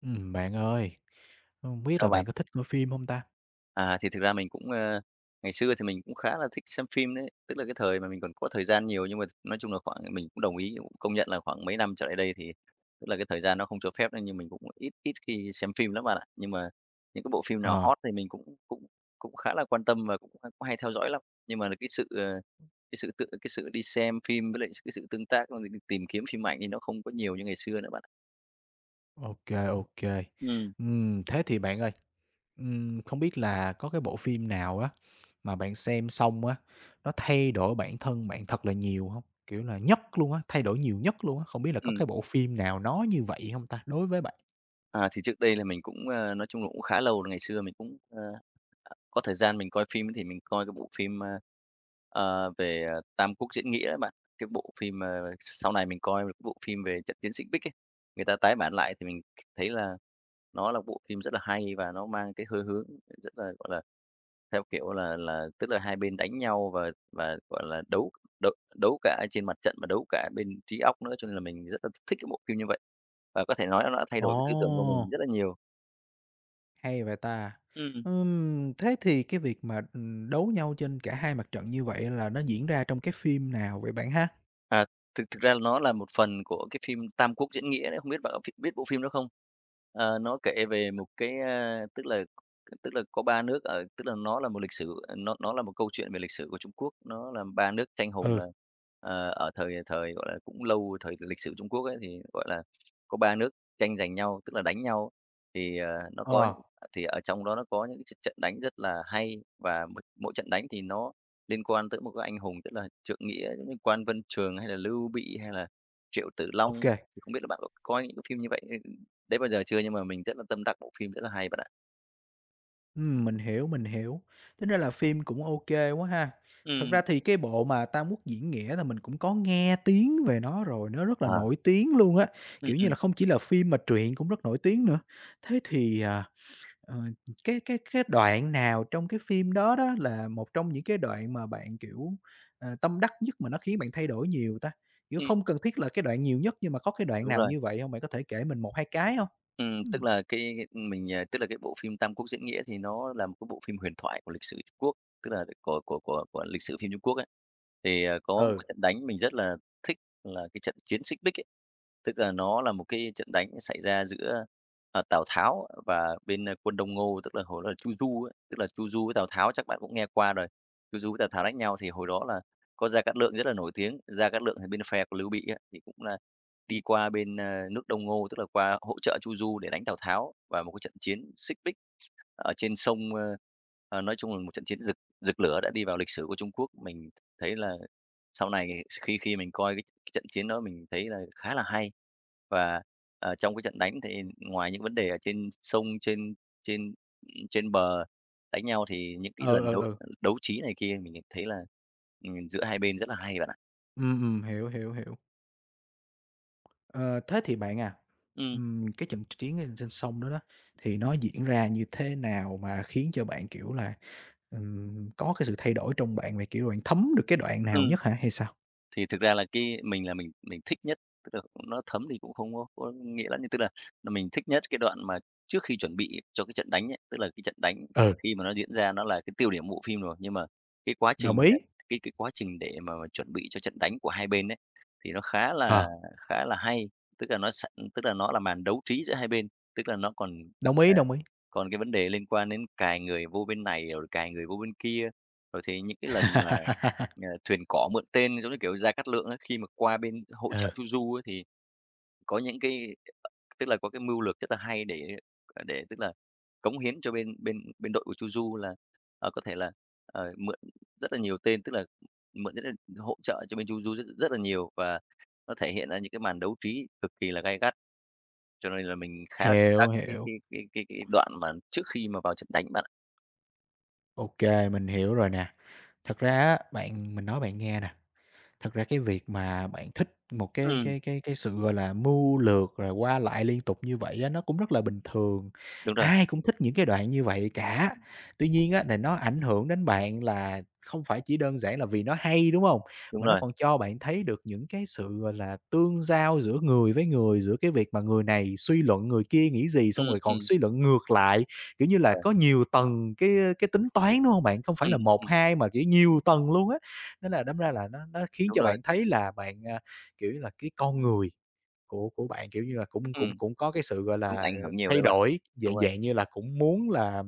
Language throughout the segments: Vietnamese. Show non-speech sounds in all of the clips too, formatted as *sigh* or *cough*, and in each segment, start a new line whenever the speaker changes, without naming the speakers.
Bạn ơi, không biết
Chào
là
bạn.
bạn có thích coi phim hông ta?
Thì thực ra mình cũng, ngày xưa thì mình cũng khá là thích xem phim đấy, tức là cái thời mà mình còn có thời gian nhiều, nhưng mà nói chung là khoảng mình cũng đồng ý, cũng công nhận là khoảng mấy năm trở lại đây thì tức là cái thời gian nó không cho phép nên nhưng mình cũng ít ít khi xem phim lắm bạn ạ. Nhưng mà những cái bộ phim nào
Ờ,
hot thì mình cũng cũng cũng khá là quan tâm và cũng cũng hay theo dõi lắm. Nhưng mà cái sự, cái sự tự cái sự đi xem phim với lại cái sự tương tác, rồi tìm kiếm phim ảnh thì nó không có nhiều như ngày xưa nữa bạn ạ.
ok ok.
Ừ.
Thế thì bạn ơi, không biết là có cái bộ phim nào á, mà bạn xem xong á, nó thay đổi bản thân bạn thật là nhiều hông? Kiểu là, nhất luôn á, thay đổi nhiều nhất luôn á, không biết là có
Ừm.
cái bộ phim nào nói như vậy hông ta, đối với bạn?
Thì trước đây là mình cũng, nói chung là cũng khá lâu rồi, ngày xưa mình cũng, ờ, có thời gian mình coi phim thì mình coi cái bộ phim, về, Tam Quốc diễn nghĩa ấy bạn. Cái bộ phim, sau này mình coi một cái bộ phim về trận chiến Xích Bích ấy, người ta tái bản lại thì mình thấy là nó là bộ phim rất là hay và nó mang cái hơi hướng rất là, gọi là, theo kiểu là tức là hai bên đánh nhau và, gọi là, đấu Đấu đấu cả trên mặt trận mà đấu cả bên trí óc nữa, cho nên là mình rất là thích cái bộ phim như vậy. Và có thể nói nó đã thay đổi cái tư tưởng của
Ồ,
mình rất là nhiều.
hay vậy ta!
Ừm.
Thế thì cái việc mà, đấu nhau trên cả hai mặt trận như vậy là nó diễn ra trong cái phim nào vậy bạn ha?
À, thực thực ra là nó là một phần của cái phim Tam Quốc Diễn Nghĩa đấy, không biết bạn có ph biết bộ phim đó không? Nó kể về một cái, tức là có 3 nước ở tức là nó là một lịch sử nó là một câu chuyện về lịch sử của Trung Quốc, nó là 3 nước tranh hùng
Ừ,
là, ở thời thời, gọi là, cũng lâu thời lịch sử Trung Quốc ấy, thì, gọi là, có 3 nước tranh giành nhau, tức là đánh nhau. Thì, nó có
ờ.
những thì ở trong đó nó có những cái trận đánh rất là hay và mỗi mỗi trận đánh thì nó liên quan tới một cái anh hùng, tức là Trượng Nghĩa Quan Vân Trường hay là Lưu Bị hay là Triệu Tử
Ok,
Long, thì không biết là bạn có coi những cái phim như vậy, đấy bao giờ chưa? Nhưng mà mình rất là tâm đắc bộ phim rất là hay bạn ạ.
mình hiểu, mình hiểu. Tính ra là phim cũng ok quá ha. Thật
Ừm.
ra thì cái bộ mà Tam Quốc Diễn Nghĩa là mình cũng có nghe tiếng về nó rồi, nó rất là
À.
nổi tiếng luôn á,
Ừm,
kiểu như
ừm,
là, không chỉ là phim mà truyện cũng rất nổi tiếng nữa. Thế thì, ờ, cái đoạn nào trong cái phim đó đó là một trong những cái đoạn mà bạn, kiểu, ờ, tâm đắc nhất mà nó khiến bạn thay đổi nhiều ta? Kiểu,
ừm.
không cần thiết là cái đoạn nhiều nhất nhưng mà có cái đoạn
Đúng
nào
rồi.
như vậy không? Bạn có thể kể mình một 2 cái không?
Tức
Ừm.
là cái mình, tức là cái bộ phim Tam Quốc Diễn Nghĩa thì nó là một cái bộ phim huyền thoại của lịch sử Trung Quốc, tức là của lịch sử phim Trung Quốc ấy. Thì, có một
Ừ.
cái trận đánh mình rất là thích là cái trận chiến Xích Bích ấy, tức là nó là một cái trận đánh xảy ra giữa, Tào Tháo và bên, quân Đông Ngô, tức là hồi đó là Chu Du ấy, tức là Chu Du với Tào Tháo chắc bạn cũng nghe qua rồi. Chu Du với Tào Tháo đánh nhau thì hồi đó là có Gia Cát Lượng rất là nổi tiếng, Gia Cát Lượng thì bên phe của Lưu Bị á, thì cũng là đi qua bên, nước Đông Ngô, tức là qua hỗ trợ Chu Du để đánh Tào Tháo và một cái trận chiến Xích Bích ở trên sông, nói chung là một trận chiến rực rực lửa đã đi vào lịch sử của Trung Quốc. Mình thấy là sau này khi khi mình coi cái trận chiến đó mình thấy là khá là hay. Và, trong cái trận đánh thì ngoài những vấn đề ở trên sông, trên trên, trên bờ đánh nhau thì những cái
Ừ,
lần
ừ,
đấu
ừ.
đấu trí này kia mình thấy là, giữa hai bên rất là hay bạn ạ.
Hiểu, hiểu, hiểu. Ờ, thế thì bạn à,
Ừm.
cái trận chiến ở trên sông đó đó, thì nó diễn ra như thế nào mà khiến cho bạn, kiểu là, có cái sự thay đổi trong bạn về, kiểu, bạn thấm được cái đoạn nào
Ừm.
nhất hả hay sao?
Thì thực ra là cái mình là mình thích nhất, tức là nó thấm thì cũng không có nghĩa lắm, nhưng tức là mình thích nhất cái đoạn mà trước khi chuẩn bị cho cái trận đánh ấy, tức là cái trận đánh
Ừ.
khi mà nó diễn ra nó là cái tiêu điểm bộ phim rồi, nhưng mà cái quá
Đồng
trình,
ý.
cái quá trình để mà chuẩn bị cho trận đánh của hai bên ấy, thì nó
Ờ.
khá là hay. Tức là nó sẵn tức là nó là màn đấu trí giữa hai bên, tức là nó còn,
Đồng
à
ý, đồng ý.
còn cái vấn đề liên quan đến cài người vô bên này rồi cài người vô bên kia, rồi thì những cái lần mà,
*laughs*
thuyền cỏ mượn tên, giống như kiểu Gia Cát Lượng á, khi mà qua bên hỗ
Ừ.
trợ Chu Du á thì có những cái ờ, tức là có cái mưu lược rất là hay để, để tức là cống hiến cho bên bên bên đội của Chu Du là, có thể là, mượn rất là nhiều tên, tức là mượn rất là hỗ trợ cho bên Chu Du rất rất là nhiều và nó thể hiện ra những cái màn đấu trí cực kỳ là gay gắt. Cho nên là mình khá là tâm đắc
Hiểu,
cái
hiểu.
cái cái cái cái đoạn mà trước khi mà vào trận đánh bạn ạ.
Ok, mình hiểu rồi nè. Thật ra á, bạn mình nói bạn nghe nè, thật ra cái việc mà bạn thích một cái
Ừm,
cái cái cái sự, gọi là, mưu lược rồi qua lại liên tục như vậy á, nó cũng rất là bình thường,
đúng rồi,
ai cũng thích những cái đoạn như vậy cả. Tuy nhiên á, là nó ảnh hưởng đến bạn là không phải chỉ đơn giản là vì nó hay, đúng không?
đúng
Mà nó
rồi.
còn cho bạn thấy được những cái sự, gọi là, tương giao giữa người với người, giữa cái việc mà người này suy luận người kia nghĩ gì, xong
Ừm,
rồi còn
ừm,
suy luận ngược lại, kiểu như
đúng
là,
rồi.
có nhiều tầng cái tính toán, đúng không bạn? Không phải
Ừm,
là
ừm,
một
ừm,
2 mà, kiểu, nhiều tầng luôn á. Thế là đâm ra là nó khiến
đúng
cho
rồi.
bạn thấy là bạn, à, kiểu như là, cái con người của bạn, kiểu như là, cũng cũng
Ừm,
cũng có
đúng,
cái sự, gọi là,
đúng, ảnh
ờ,
hưởng nhiều
thay
đấy bạn.
đổi,
Đúng
dạng
rồi,
dạng như là cũng muốn là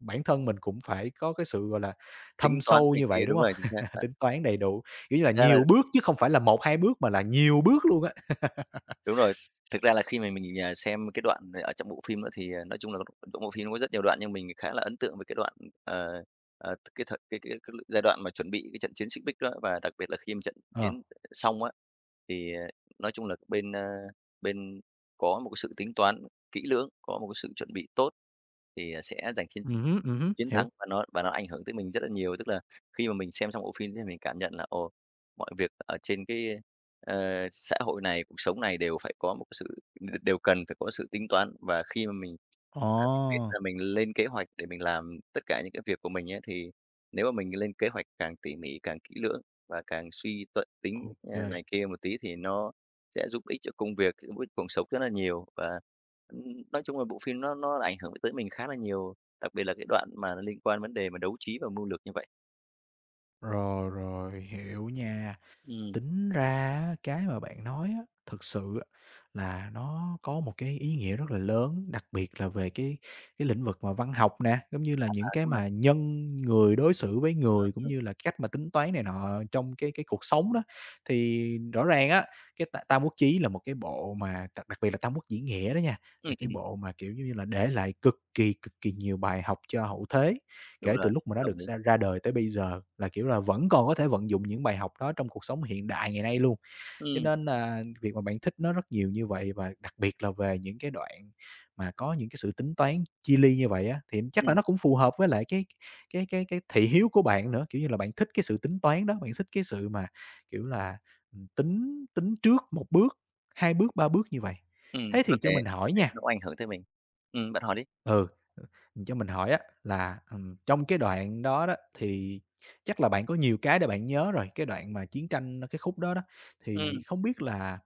bản thân mình cũng phải có cái sự, gọi là,
tính
thâm
toán
sâu
này
như
kia,
vậy, đúng
đúng rồi, chính
không?
xác
*laughs*
bạn.
Tính toán đầy đủ, kiểu như là,
Thực ra là
nhiều bước chứ không phải là một hai bước mà là nhiều bước luôn á.
đúng rồi. Thực ra là khi mà mình, xem cái đoạn ở trong bộ phim đó thì, nói chung là trong bộ phim nó có rất nhiều đoạn nhưng mình khá là ấn tượng với cái đoạn, ờ, cái thời cái giai đoạn mà chuẩn bị cái trận chiến Xích Bích đó, và đặc biệt là khi mà trận chiến
Ờ,
xong á, thì, nói chung là bên, bên có một cái sự tính toán kỹ lưỡng, có một cái sự chuẩn bị tốt thì, sẽ giành chiến
hứm,
Chiến
hiểu.
thắng và nó ảnh hưởng tới mình rất là nhiều. Tức là khi mà mình xem xong bộ phim thì mình cảm nhận là, ồ, mọi việc ở trên cái, xã hội này, cuộc sống này đều phải có một cái sự đều cần phải có sự tính toán. Và khi mà mình là mình biết
Ồ,
là mình lên kế hoạch để mình làm tất cả những cái việc của mình ấy, thì nếu mà mình lên kế hoạch càng tỉ mỉ, càng kỹ lưỡng và càng suy tuận tính,
ok
này kia một tí thì nó sẽ giúp ích cho công việc, giúp ích cuộc sống rất là nhiều. Và, ừm, nói chung là bộ phim nó ảnh hưởng tới mình khá là nhiều, đặc biệt là cái đoạn mà nó liên quan vấn đề mà đấu trí và mưu lược như vậy.
rồi, rồi, hiểu nha.
Ừm.
Tính ra á, cái mà bạn nói á, thực sự á, là nó có một cái ý nghĩa rất là lớn, đặc biệt là về cái lĩnh vực mà văn học nè, giống như là
À,
những cái mà nhân người đối xử với người, cũng
ừm,
như là cách mà tính toán này nọ trong cái cuộc sống đó. Thì rõ ràng á, cái Tam Tam Quốc Chí là một cái bộ mà đặc đặc biệt là Tam Quốc Diễn Nghĩa đó nha,
ừm,
là cái
ừm,
bộ mà, kiểu, giống như là, để lại cực kỳ nhiều bài học cho hậu thế.
đúng
Kể từ
rồi,
lúc mà
mình
nó
đồng
được
ý.
ra ra đời tới bây giờ là, kiểu là, vẫn còn có thể vận dụng những bài học đó trong cuộc sống hiện đại ngày nay luôn. Cho
Ừm,
nên là việc mà bạn thích nó rất nhiều như vậy và đặc biệt là về những cái đoạn mà có những cái sự tính toán chi ly như vậy á, thì chắc là
ừm,
nó cũng phù hợp với lại cái cái thị hiếu của bạn nữa. Kiểu như là, bạn thích cái sự tính toán đó, bạn thích cái sự mà, kiểu là, tính tính trước một bước, 2 bước, 3 bước như vậy.
ừm,
Thế
có
thì
thể
cho mình
có
hỏi
thể
nha.
nó ảnh hưởng tới mình. Bạn hỏi đi.
Ừ, cho mình hỏi á là, trong cái đoạn đó đó thì chắc là bạn có nhiều cái để bạn nhớ rồi, cái đoạn mà chiến tranh cái khúc đó đó, thì
Ừm,
không biết là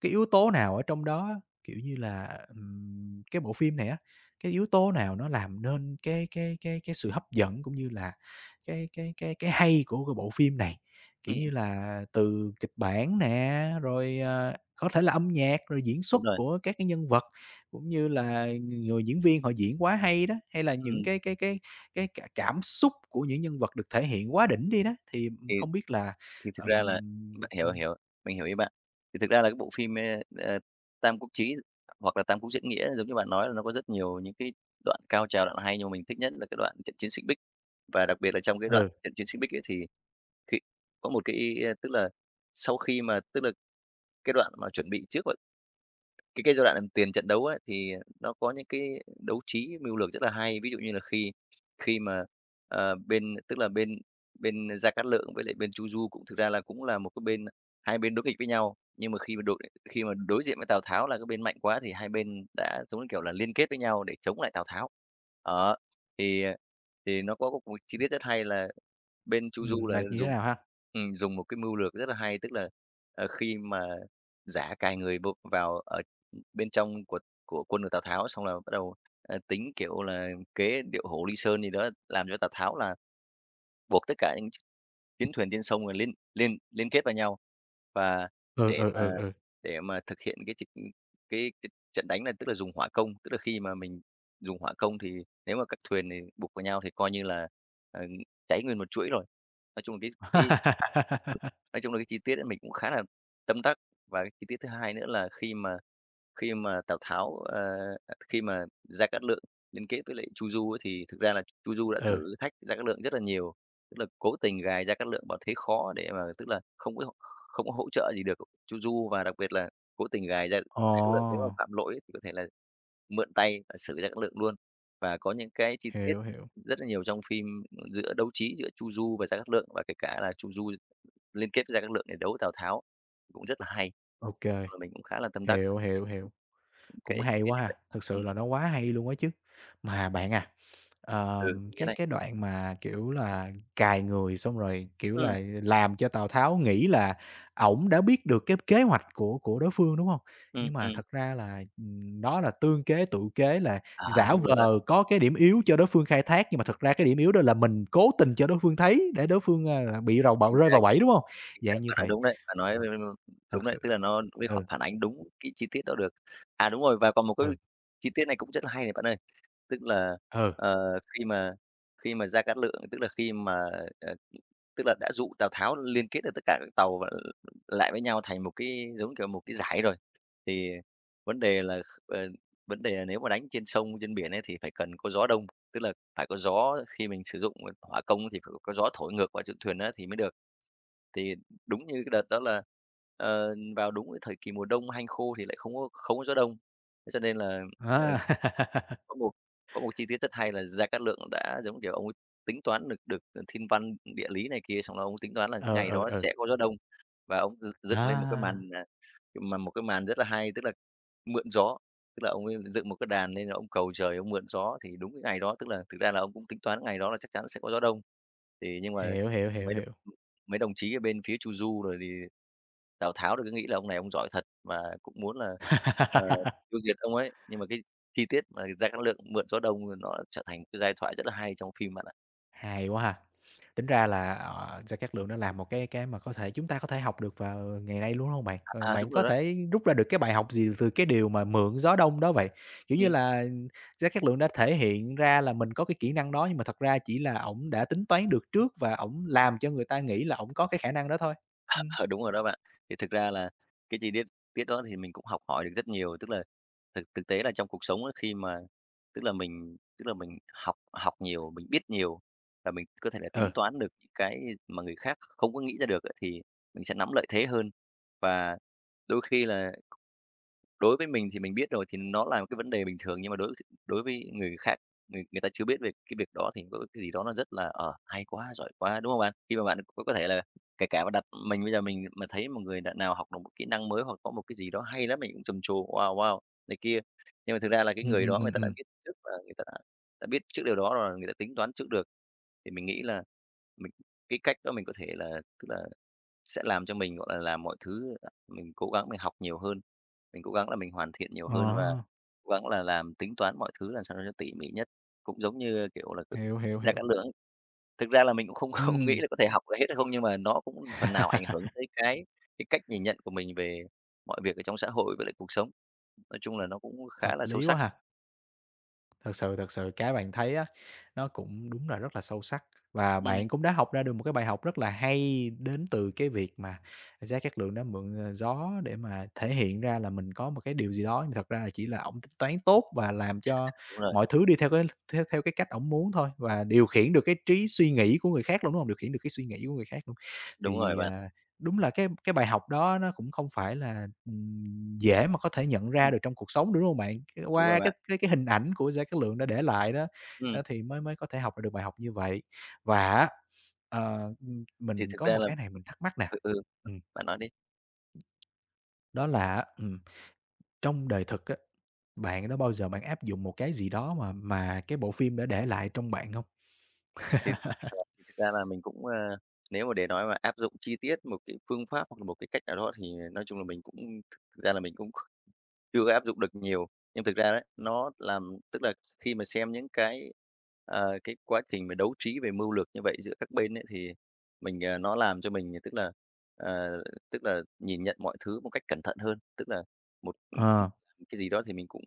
cái yếu tố nào ở trong đó á, kiểu như là, cái bộ phim này á, cái yếu tố nào nó làm nên cái sự hấp dẫn cũng như là cái hay của cái bộ phim này? Kiểu
ừm,
như là, từ kịch bản nè, rồi, ờ, có thể là âm nhạc, rồi diễn xuất
đúng rồi,
của các cái nhân vật, cũng như là người diễn viên họ diễn quá hay đó, hay là những
ừm,
cái cả cảm xúc của những nhân vật được thể hiện quá đỉnh đi đó, thì,
thì
không biết là,
Thì thực ra là
ừm,
bạn hiểu,
ừm,
hiểu, mình hiểu ý bạn. Thì thực ra là cái bộ phim, ờ, Tam Quốc Chí hoặc là Tam Quốc Diễn Nghĩa giống như bạn nói là nó có rất nhiều những cái đoạn cao trào, đoạn hay, nhưng mà mình thích nhất là cái đoạn trận chiến Xích Bích. Và đặc biệt là trong cái đoạn
ừ,
trận chiến Xích Bích ấy thì khi có một cái, tức là sau khi mà tức là cái đoạn mà chuẩn bị trước cái giai đoạn, tiền trận đấu ấy, thì nó có những cái đấu trí mưu lược rất là hay. Ví dụ như là khi khi mà, bên tức là bên bên Gia Cát Lượng với lại bên Chu Du cũng thực ra là cũng là một cái bên hai bên đối nghịch với nhau, nhưng mà khi mà đội khi mà đối diện với Tào Tháo là cái bên mạnh quá thì hai bên đã, giống như kiểu là, liên kết với nhau để chống lại Tào Tháo. Đó, thì, ờ, thì nó có một chi tiết rất hay là bên Chu Du là
là như thế
dùng
nào ha?
dùng một cái mưu lược rất là hay, tức là, khi mà giả cài người b vào ở bên trong của quân của Tào Tháo, xong là bắt đầu, tính, kiểu là, kế điệu hổ ly sơn gì đó, làm cho Tào Tháo là buộc tất cả những chiến thuyền trên sông rồi liên liên liên kết vào nhau. Và
Ừ,
để
ừ,
mà
ừ, ừ.
để mà thực hiện cái trận đánh này tức là dùng hỏa công, tức là khi mà mình dùng hỏa công thì nếu mà các thuyền thì buộc vào nhau thì coi như là, ờ, cháy nguyên một chuỗi rồi. Nói chung là cái cái
*laughs*
Nói chung là cái chi tiết ấy mình cũng khá là tâm đắc, và cái chi tiết thứ hai nữa là khi mà Tào Tháo, ờ, à, khi mà Gia Cát Lượng liên kết với lại Chu Du ấy, thì thực ra là Chu Du đã
Ừ,
thử thách Gia Cát Lượng rất là nhiều, tức là cố tình gài Gia Cát Lượng vào thế khó để mà tức là không có hỗ trợ gì được Chu Du và đặc biệt là cố tình gài Gia Gia
ồ,
Cát Lượng nếu mà phạm lỗi ấy, thì có thể là mượn tay và xử Gia Cát Lượng luôn. Và có những cái chi tiết
hiểu, hiểu,
rất là nhiều trong phim giữa đấu trí giữa Chu Du và Gia Cát Lượng và kể cả là Chu Du liên kết với Gia Cát Lượng để đấu Tào Tháo, cũng rất là hay.
ok,
Rồi mình cũng khá là tâm đắc với
hiểu, hiểu,
những
hiểu, cũng
cái chi
hay
tiết
quá
như vậy.
ha, thực sự
Ừm,
là nó quá hay luôn á chứ. Mà bạn à,
ừ,
ờm,
mình nghe
cái
đây.
đoạn mà, kiểu là, cài người xong rồi, kiểu
Ừm,
là, làm cho Tào Tháo nghĩ là ổng đã biết được cái kế hoạch của đối phương, đúng không?
ừm,
Nhưng mà
ừm.
thật ra là, đó là tương kế tựu kế, là
À,
giả
đúng rồi đó,
vờ có cái điểm yếu cho đối phương khai thác, nhưng mà thật ra cái điểm yếu đó là mình cố tình cho đối phương thấy để đối phương, a, là bị rầu bầu
chính
rơi
xác,
vào bẫy, đúng không?
chính xác,
Dạng như
bạn nói
vậy.
đúng đấy, bạn nói
Ờ,
*unintelligible* đúng
thật
đấy,
sự
tức là nó mới kh
ừ,
phản ánh đúng cái chi tiết đó được. À, đúng rồi, và còn một cái
ừ,
chi tiết này cũng rất là hay này bạn ơi, tức là,
ừ,
ờ, khi mà khi mà Gia Cát Lượng, tức là khi mà, ờ tức là đã dụ Tào Tháo liên kết được tất cả các tàu và lại với nhau thành một cái, giống kiểu, một cái dải rồi. Thì vấn đề là kh ờ, vấn đề là nếu mà đánh trên sông, trên biển ấy thì phải cần có gió đông, tức là phải có gió khi mình sử dụng, hỏa công thì phải có gió thổi ngược vào trên thuyền đó thì mới được. Thì đúng như cái đợt đó là, vào đúng cái thời kỳ mùa đông hanh khô thì lại không có gió đông. Thế cho nên là,
á.
ờ,
*laughs*
có một có một chi tiết rất hay là Gia Cát Lượng đã, giống kiểu, ông ấy tính toán được được, ờ, thiên văn, địa lý này kia, xong là ông tính toán là cái
Ừ,
ngày
ừ,
đó
ừ,
sẽ có gió đông và ông dựng lên một cái màn,
á,
à, mà một cái màn rất là hay, tức là mượn gió. Tức là ông ấy dựng một cái đàn lên là ông cầu trời ông mượn gió, thì đúng cái ngày đó, tức là thực ra là ông cũng tính toán ngày đó là chắc chắn sẽ có gió đông. Thì nhưng mà
hiểu, hiểu, hiểu,
mấy đ
hiểu.
mấy đồng chí ở bên phía Chu Du rồi thì Tào Tháo thì cứ nghĩ là ông này ông giỏi thật và cũng muốn là, ờ,
*laughs*
tiêu diệt ông ấy. Nhưng mà cái chi tiết mà Gia Cát Lượng mượn gió đông rồi nó trở thành cái giai thoại rất là hay trong phim bạn ạ.
Hay quá ha! Tính ra là, ờ, Gia Cát Lượng đã làm một cái mà có thể chúng ta có thể học được vào ngày nay luôn, đúng hông bạn?
À,
Ờ,
à,
bạn
đúng rồi
có
đó.
thể rút ra được cái bài học gì từ cái điều mà "Mượn gió đông" đó vậy? Kiểu như
Ừm.
là, Gia Cát Lượng đã thể hiện ra là mình có cái kỹ năng đó, nhưng mà thật ra chỉ là ổng đã tính toán được trước và ổng làm cho người ta nghĩ là ổng có cái khả năng đó thôi. Ừm.
Ờ, đúng rồi đó bạn. Thì thực ra là cái chi tiết tiết đó thì mình cũng học hỏi được rất nhiều, tức là thực thực tế là trong cuộc sống á, khi mà tức là mình học học nhiều, mình biết nhiều và mình có thể là tính
Ừ.
toán được những cái mà người khác không có nghĩ ra được á, thì mình sẽ nắm lợi thế hơn. Và đôi khi là đối với mình thì mình biết rồi, thì nó là một cái vấn đề bình thường, nhưng mà đối đối với người khác, người người ta chưa biết về cái việc đó thì có cái gì đó nó rất là, hay quá, giỏi quá, đúng không bạn? Khi mà bạn có thể là kể cả mà đặt mình bây giờ mình mà thấy một người bạn nào học được một kỹ năng mới hoặc có một cái gì đó hay lắm, mình cũng trầm trồ "Wow, wow" này kia. Nhưng mà thực ra là cái người đó người ta đã
Ừm.
biết trước và người ta đã biết trước điều đó rồi, người ta tính toán trước được. Thì mình nghĩ là mình cái cách đó mình có thể là tức là sẽ làm cho mình, gọi là, mọi thứ mình cố gắng mình học nhiều hơn, mình cố gắng là mình hoàn thiện nhiều hơn và
Ờ,
cố gắng là làm tính toán mọi thứ làm sao cho nó tỉ mỉ nhất. Cũng giống như, kiểu là, tự
hiểu, hiểu,
ra
hiểu.
cát lượng ấy, thực ra là mình cũng không *laughs* không nghĩ
Ừm.
là có thể học được hết hay không, nhưng mà nó cũng phần nào ảnh hưởng
*laughs*
tới cái cách nhìn nhận của mình về mọi việc ở trong xã hội với lại cuộc sống. Nói chung là nó cũng khá là
Hợp
sâu
lý quá
sắc.
ha! Thật sự cái bạn thấy á, nó cũng đúng là rất là sâu sắc và
Ừm,
bạn cũng đã học ra được một cái bài học rất là hay đến từ cái việc mà giá Cát Lượng đã mượn, ờ, gió để mà thể hiện ra là mình có một cái điều gì đó, nhưng thật ra là chỉ là ổng tính toán tốt và làm cho
đúng rồi,
mọi thứ đi theo cái theo theo cái cách ổng muốn thôi và điều khiển được cái trí suy nghĩ của người khác luôn, đúng hông? Điều khiển được cái suy nghĩ của người khác luôn.
đúng rồi
Thì,
bạn.
à, đúng là cái bài học đó nó cũng không phải là, dễ mà có thể nhận ra
Ừm,
được trong cuộc sống đúng không bạn? C
đúng rồi
qua cái
bạn.
cái cái hình ảnh của Gia Cát Lượng đã để lại đó,
Ừm,
đó thì mới mới có thể học được bài học như vậy. Và á,
thì
mình
thực
có
ra
một
là
cái này mình thắc mắc nè,
ừ, ừ,
ừm,
bạn nói đi.
đó là trong đời thực á, bạn đã bao giờ bạn áp dụng một cái gì đó mà cái bộ phim đã để lại trong bạn không?
Thì, thì thực ra là mình cũng, nếu mà để nói mà áp dụng chi tiết một cái phương pháp hoặc là một cái cách nào đó thì nói chung là mình cũng thực thực ra là mình cũng kh chưa có áp dụng được nhiều. Nhưng thực ra đấy, nó làm tức là khi mà xem những cái, cái quá trình mà đấu trí về mưu lược như vậy giữa các bên ấy, thì mình, nó làm cho mình, tức là, ờ, tức là nhìn nhận mọi thứ một cách cẩn thận hơn. Tức là một
Ờ,
cái gì đó thì mình cũng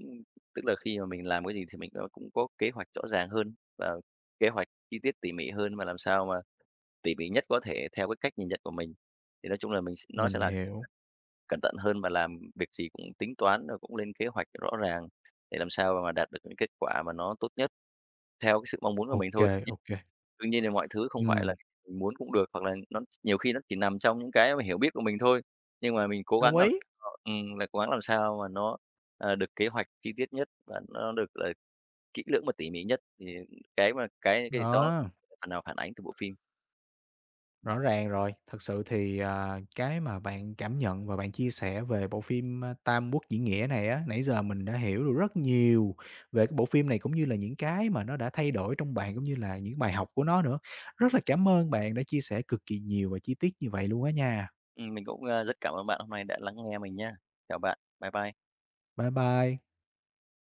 tức là khi mà mình làm cái gì thì mình nó cũng có kế hoạch rõ ràng hơn và kế hoạch chi tiết tỉ mỉ hơn, và làm sao mà tỉ mỉ nhất có thể theo cái cách nhìn nhận của mình. Thì nói chung là mình s nó sẽ
mình
là
hiểu.
cẩn thận hơn và làm việc gì cũng tính toán rồi cũng lên kế hoạch rõ ràng để làm sao mà đạt được những kết quả mà nó tốt nhất theo cái sự mong muốn của mình
Ok
thôi.
ok, ô kê.
Đương nhiên là mọi thứ không phải là
Ừm,
mình muốn cũng được, hoặc là nó nhiều khi nó chỉ nằm trong những cái mà hiểu biết của mình thôi. Nhưng mà mình cố
đồng
gắng làm
ý,
sao là cố gắng làm sao mà nó, được kế hoạch chi tiết nhất và nó được là kỹ lưỡng và tỉ mỉ nhất, thì cái mà cái đó
đó.
phần nào phản ánh từ bộ phim.
Rõ ràng rồi, thật sự thì, à, cái mà bạn cảm nhận và bạn chia sẻ về bộ phim, a, Tam Quốc Diễn Nghĩa này á, nãy giờ mình đã hiểu được rất nhiều về cái bộ phim này, cũng như là những cái mà nó đã thay đổi trong bạn, cũng như là những bài học của nó nữa. Rất là cảm ơn bạn đã chia sẻ cực kỳ nhiều và chi tiết như vậy luôn á nha.
Mình cũng, a, rất cảm ơn bạn hôm nay đã lắng nghe mình nha. Chào bạn. Bye bye.
Bye bye.